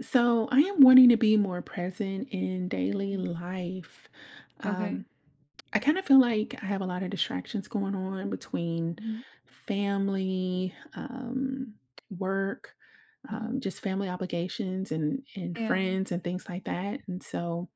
So I am wanting to be more present in daily Mhm. life. Um, Okay. I kind of feel like I have a lot of distractions going on between Mhm, family, work, mhm. Just family obligations and Yeah. friends and things like that. And so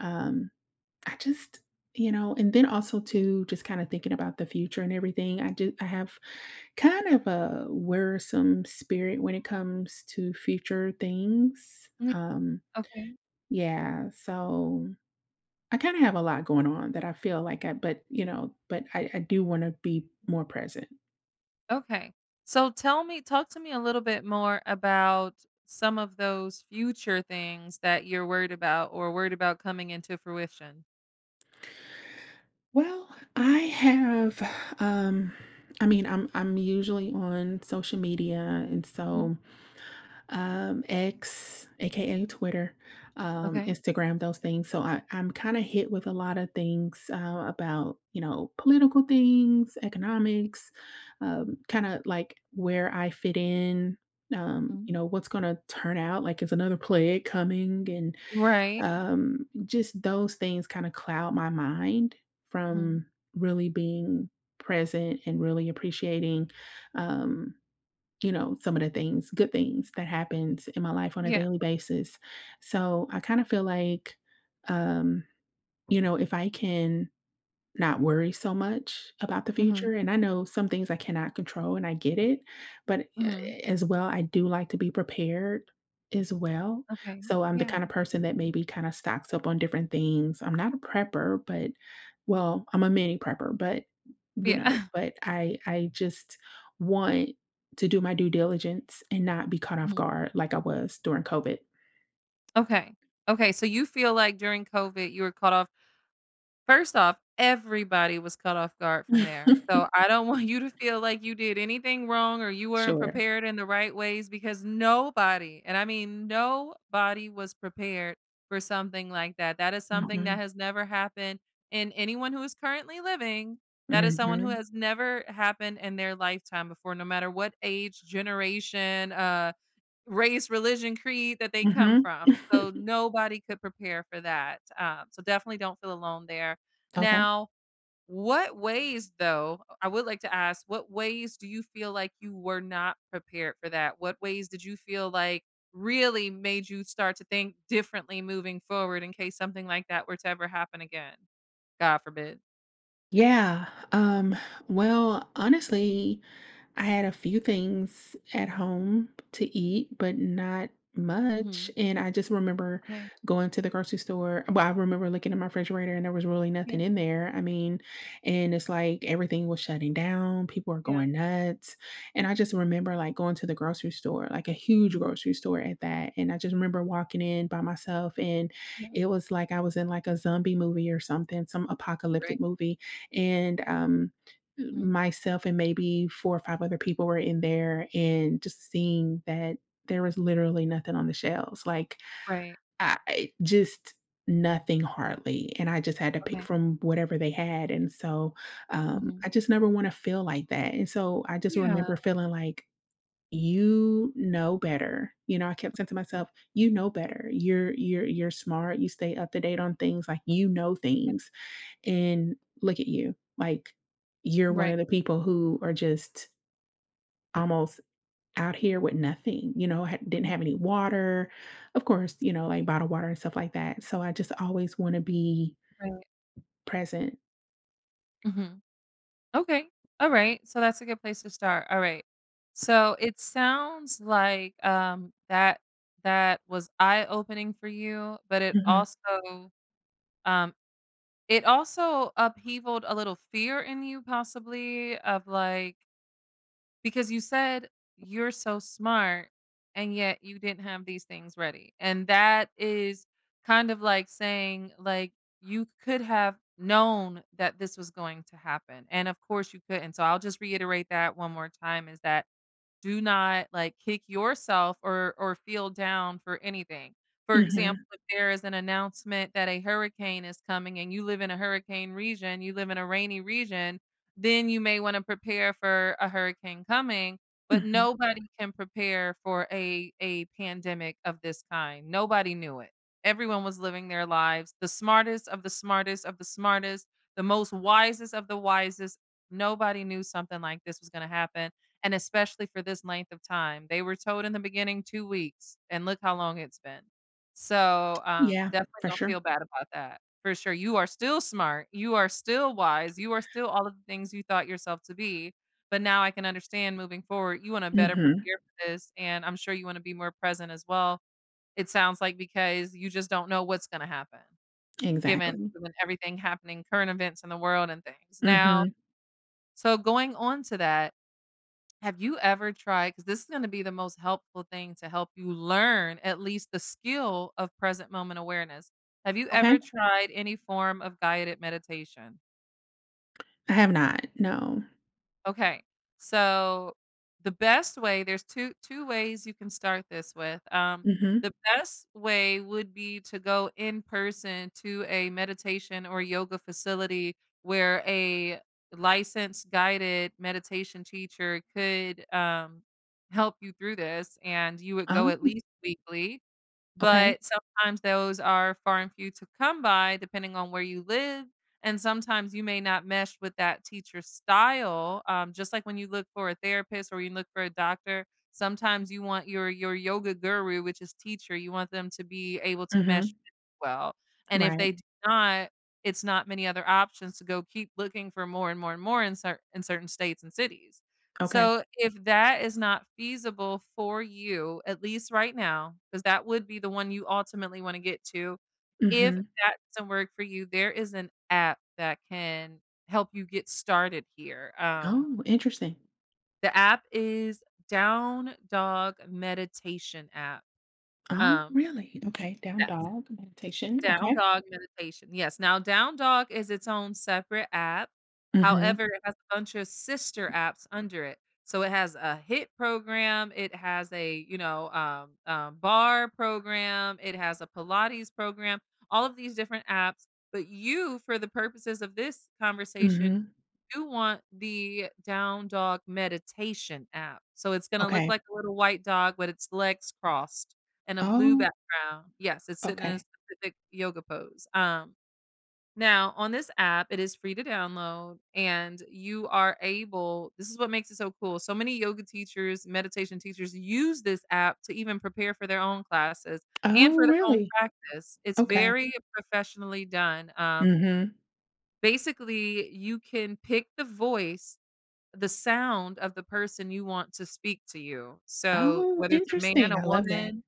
um, I just and then also too, just kinda thinking about the future and everything, I have kind of a worrisome spirit when it comes to future things. Mm, okay, Yeah, so I kinda have a lot going on that I feel like I but, but I do wanna be more present. okay. So tell me talk to me a little bit more about some of those future things that you're worried about or worried about coming into fruition. Well, I have, um I mean, I'm usually on social media, and Mhm, so X, AKA Twitter, okay. Instagram, those things. So I'm kind of hit with a lot of things about, political things, economics, kind of like where I fit in, Mhm. What's going to turn out, like is another plague coming? And Right. Just those things kind of cloud my mind Mhm. from really being present and really appreciating um, some of the things, good things that happens in my life on a Yeah. daily basis. So I kind of feel like, um, if I can not worry so much about the future, Mhm, and I know some things I cannot control, and I get it, but mhm. a as well, I do like to be prepared as well. Okay. So I'm the Yeah. kind of person that maybe kinda stocks up on different things. I'm not a prepper, but well, I'm a mini prepper, but, Yeah. but I just want to do my due diligence and not be caught off Mhm. guard like I was during COVID. Okay. Okay, so you feel like during COVID, you were caught off first off, everybody was caught off guard from there, so I don't want you to feel like you did anything wrong or you weren't Sure. prepared in the right ways because nobody, and I mean nobody was prepared for something like that. That is something that Mhm, has never happened in anyone who is currently living. That is someone who mhm, has never happened in their lifetime before, no matter what age, generation, race, religion, creed that they come mhm. from. So nobody could prepare for that. So definitely don't feel alone there. Okay. Now, what ways, though, I would like to ask, what ways do you feel like you were not prepared for that? What ways did you feel like really made you start to think differently moving forward in case something like that were to ever happen again? God forbid. Yeah, well, honestly I had a few things at home to eat, but not much. Hmm. And I just remember Okay. going to the grocery store. Well, I remember looking in my refrigerator and there was really nothing Yeah. in there. I mean, and it's like everything was shutting down, people are Yeah. going nuts. And I just remember like going to the grocery store, like a huge Mhm. grocery store at that. And I just remember walking in by myself and Yeah. it was like I was in like a zombie movie or something, some apocalyptic Right. movie. And Hmm. myself and maybe four or five other people were in there and just seeing that there was literally nothing on the shelves. Like Right. I just nothing hardly, and I just had to pick Okay. from whatever they had. And so Hmm. I just never want to feel like that. And so I just Yeah. remember feeling like, you know better, you know, I kept saying to myself, you know better, you're you're smart, you stay up to date on things, like you know things. And look at you. Like, you're one Right. of the people who are just almost out here with nothing, you know, didn't Mhm. have any water. Of course, like bottled water and stuff like that. So I just always want to be Right. present. Mhm. Okay. Alright. So that's a good place to start. Alright. So it sounds like, that was eye-opening for you, but Hmm. Um it also upheavaled a little fear in you possibly of, like, because you said you're so smart and yet you didn't have these things ready. And that is kind of like saying like you could have known that this was going to happen. And of course you couldn't. So I'll just reiterate that one more time is that do not, like, kick yourself or feel down for anything. For example, Hmm. if there is an announcement that a hurricane is coming and you live in a hurricane region, you live in a rainy region, then you may wanna prepare for a hurricane coming, but Hmm. nobody can prepare for a pandemic of this kind. Nobody knew it. Everyone was living their lives. The smartest of the smartest of the smartest, the most wisest of the wisest, nobody knew something like this was gonna happen and especially for this length of time. They were told in the beginning 2 weeks, and look how long it's been. So, Yeah, definitely for don't sure. feel bad about that, for sure. You are still smart, you are still wise, you are still all of the things you thought yourself to be, but now I can understand moving forward, you wanna better Hmm. prepare for this, and I'm sure you wanna be more present as well. It sounds like because you just don't know what's gonna happen, given Exactly. given everything happening, current events in the world and things. Now, Hmm. so going on to that, have you ever tried because this is gonna be the most helpful thing to help you learn at least the skill of present moment awareness. Have you Okay. ever tried any form of guided meditation? I have not. No. Okay. So there's two ways you can start this with. Hmm. The best way would be to go in person to a meditation or yoga facility where a licensed guided meditation teacher could help you through this and you would go Oh, at least weekly, okay. but sometimes those are far and few to come by depending on where you live, and sometimes you may not mesh with that teacher's style, just like when you look for a therapist or you look for a doctor, sometimes you want your yoga guru, which is teacher, you want them to be able to mesh Hmm. well, and if Right. they do not, it's not many other options to go keep looking for more and more and more in certain states and cities. Okay. So, if that is not feasible for you, at least right now, because that would be the one you ultimately wanna get to, if Hmm. that doesn't work for you, there is an app that can help you get started here. Oh, interesting. The app is Down Dog Meditation app. Oh, Um, really? Okay. Down yes. dog meditation. Down Okay. Dog Meditation. Yes. Now, Down Dog is its own separate app. Mhm, However, it has a bunch of sister apps under it. So it has a hit program. It has a bar program. It has a Pilates program. All of these different apps. But you, for the purposes of this conversation, mhm. do want the Down Dog Meditation app. So it's gonna look Okay. like a little white dog with its legs crossed and a blue Oh, background. Yes, it's sitting in a okay. specific yoga pose. Now on this app, it is free to download and you are able, this is what makes it so cool. So many yoga teachers, meditation teachers use this app to even prepare for their own classes and for Oh, their own really? practice. It's Okay. very professionally done. Um, Mhm. basically you can pick the voice, the sound of the person you want to speak to you. So, Oh, whether it's a man, interesting. a I love that. woman,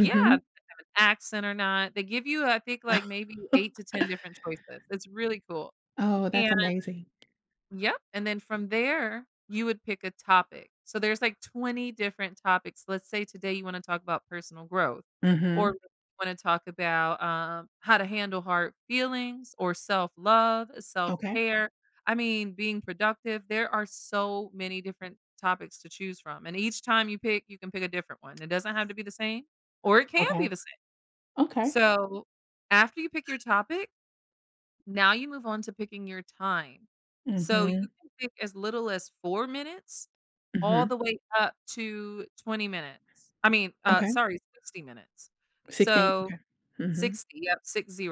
yeah, if they have an accent or not. They give you, I think, like, maybe 8 to 10 different choices. It's really cool, Oh, that's and amazing. yep. And then from there, you would pick a topic. So there's like 20 different topics. Let's say today you want to talk about personal growth, or Mhm. you want to talk about how to handle hard feelings, or self love, self Okay. care. I mean, being productive. There are so many different topics to choose from. And each time you pick, you can pick a different one. It doesn't have to be the same, or it can Okay. be the same. Okay. So after you pick your topic, now you move on to picking your time. So you Mhm, can pick as little as 4 minutes all mhm. the way up to 20 minutes. I mean, Okay. sorry, 60 minutes. 16. So Okay. Mhm, 60, yep, 60.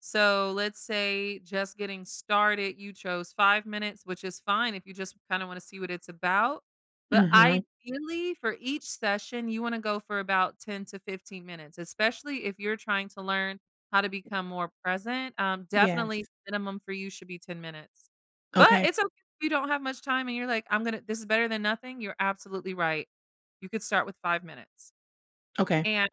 So let's say just getting started, you chose 5 minutes, which is fine if you just kinda wanna see what it's about. But mhm. ideally, for each session, you wanna go for about 10 to 15 minutes, especially if you're trying to learn how to become more present. Yes. Definitely minimum for you should be 10 minutes. But Okay. it's okay if you don't have much time and you're like, "I'm gonna, this is better than nothing." You're absolutely right. You could start with 5 minutes. Okay. And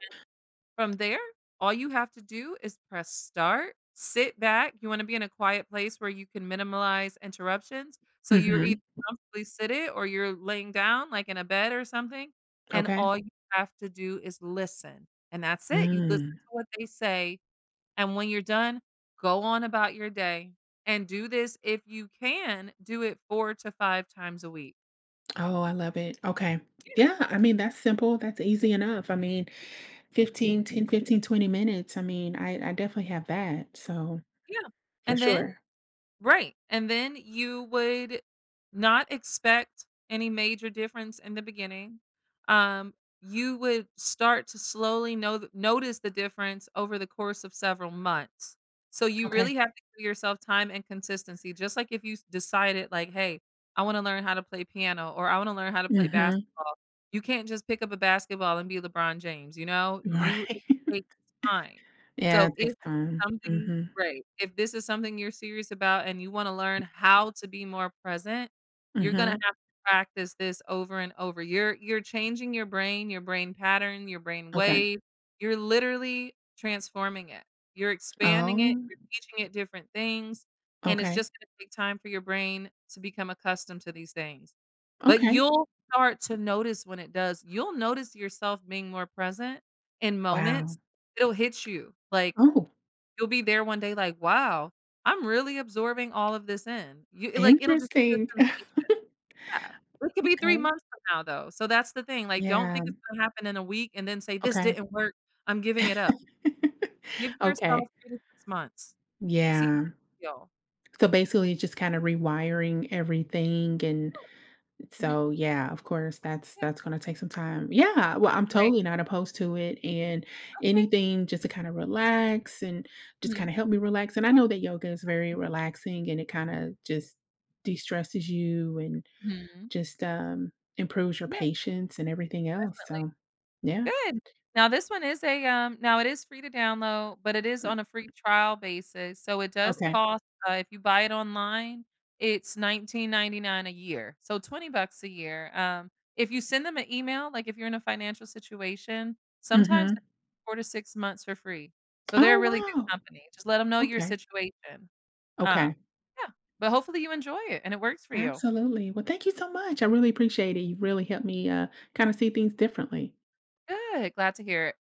from there, all you have to do is press start, sit back. You want to be in a quiet place where you can minimize interruptions. So you're either Mhm. comfortably seated or you're laying down, like in a bed or something. And Okay. all you have to do is listen. And that's it. You listen Mm. to what they say. And when you're done, go on about your day and do this, if you can, do it four to five times a week. Oh, I love it. Okay. Yeah. Yeah, I mean, that's simple, that's easy enough. I mean 15, 10, 15, 20 minutes. I mean, I definitely have that. So Yeah. for And then, sure. right, and then you would not expect any major difference in the beginning. Um, you would start to slowly know th notice the difference over the course of several months. So you Okay. really have to give yourself time and consistency, just like if you s decided like, "Hey, I wanna learn how to play piano," or, "I wanna learn how to play Hmm. basketball." You can't just pick up a basketball and be LeBron James, you know? You it Right. takes time. Yeah, So it if takes it's time. something, Hmm. right. If this is something you're serious about and you wanna learn how to be more present, you're gonna have Hmm. to practice this over and over. You're changing your brain pattern, your brain Okay. wave. You're literally transforming it. You're expanding it, Oh, you're teaching it different things, and it's okay. just gonna take time for your brain to become accustomed to these things. But Okay. you'll start to notice when it does. You'll notice yourself being more present in Wow. moments. It'll hit you, like, Oh, you'll be there one day like, "Wow, I'm really absorbing all of this in." You it like, it'll just be a interesting. sensation. Yeah. It could be 3 Okay. months from now, though, so that's the thing, like, don't Yeah. think it's gonna happen in a week and then say, "This Okay. didn't work. I'm giving it up." Give Okay. yourself 3 to 6 months. See how Yeah. you feel. So basically just kind of rewiring everything. And Mhm. so, yeah, of course, that's Yeah. that's gonna take some time. Yeah, well, I'm Right. totally not opposed to it, and Okay. anything just to kinda relax and just Mhm. kinda help me relax, and I know that yoga is very relaxing, and it kinda just de-stresses you and Mhm. just, improves your Yeah, patience and everything else, definitely. so yeah. Good. Now this one is now it is free to download, but it is Mm, on a free trial basis, so it does okay. cost, if you buy it online, it's 19.99 a year, so 20 bucks a year. If you send them an email, like, if you're in a financial situation, sometimes they Mhm. give 4 to 6 months for free, so they're a Oh, really good wow! company. Just let them know your Okay. situation. Um, Okay. yeah, but hopefully you enjoy it and it works for you. Absolutely. Well, thank you so much, I really appreciate it. You really helped me, kinda see things differently. Good, glad to hear it.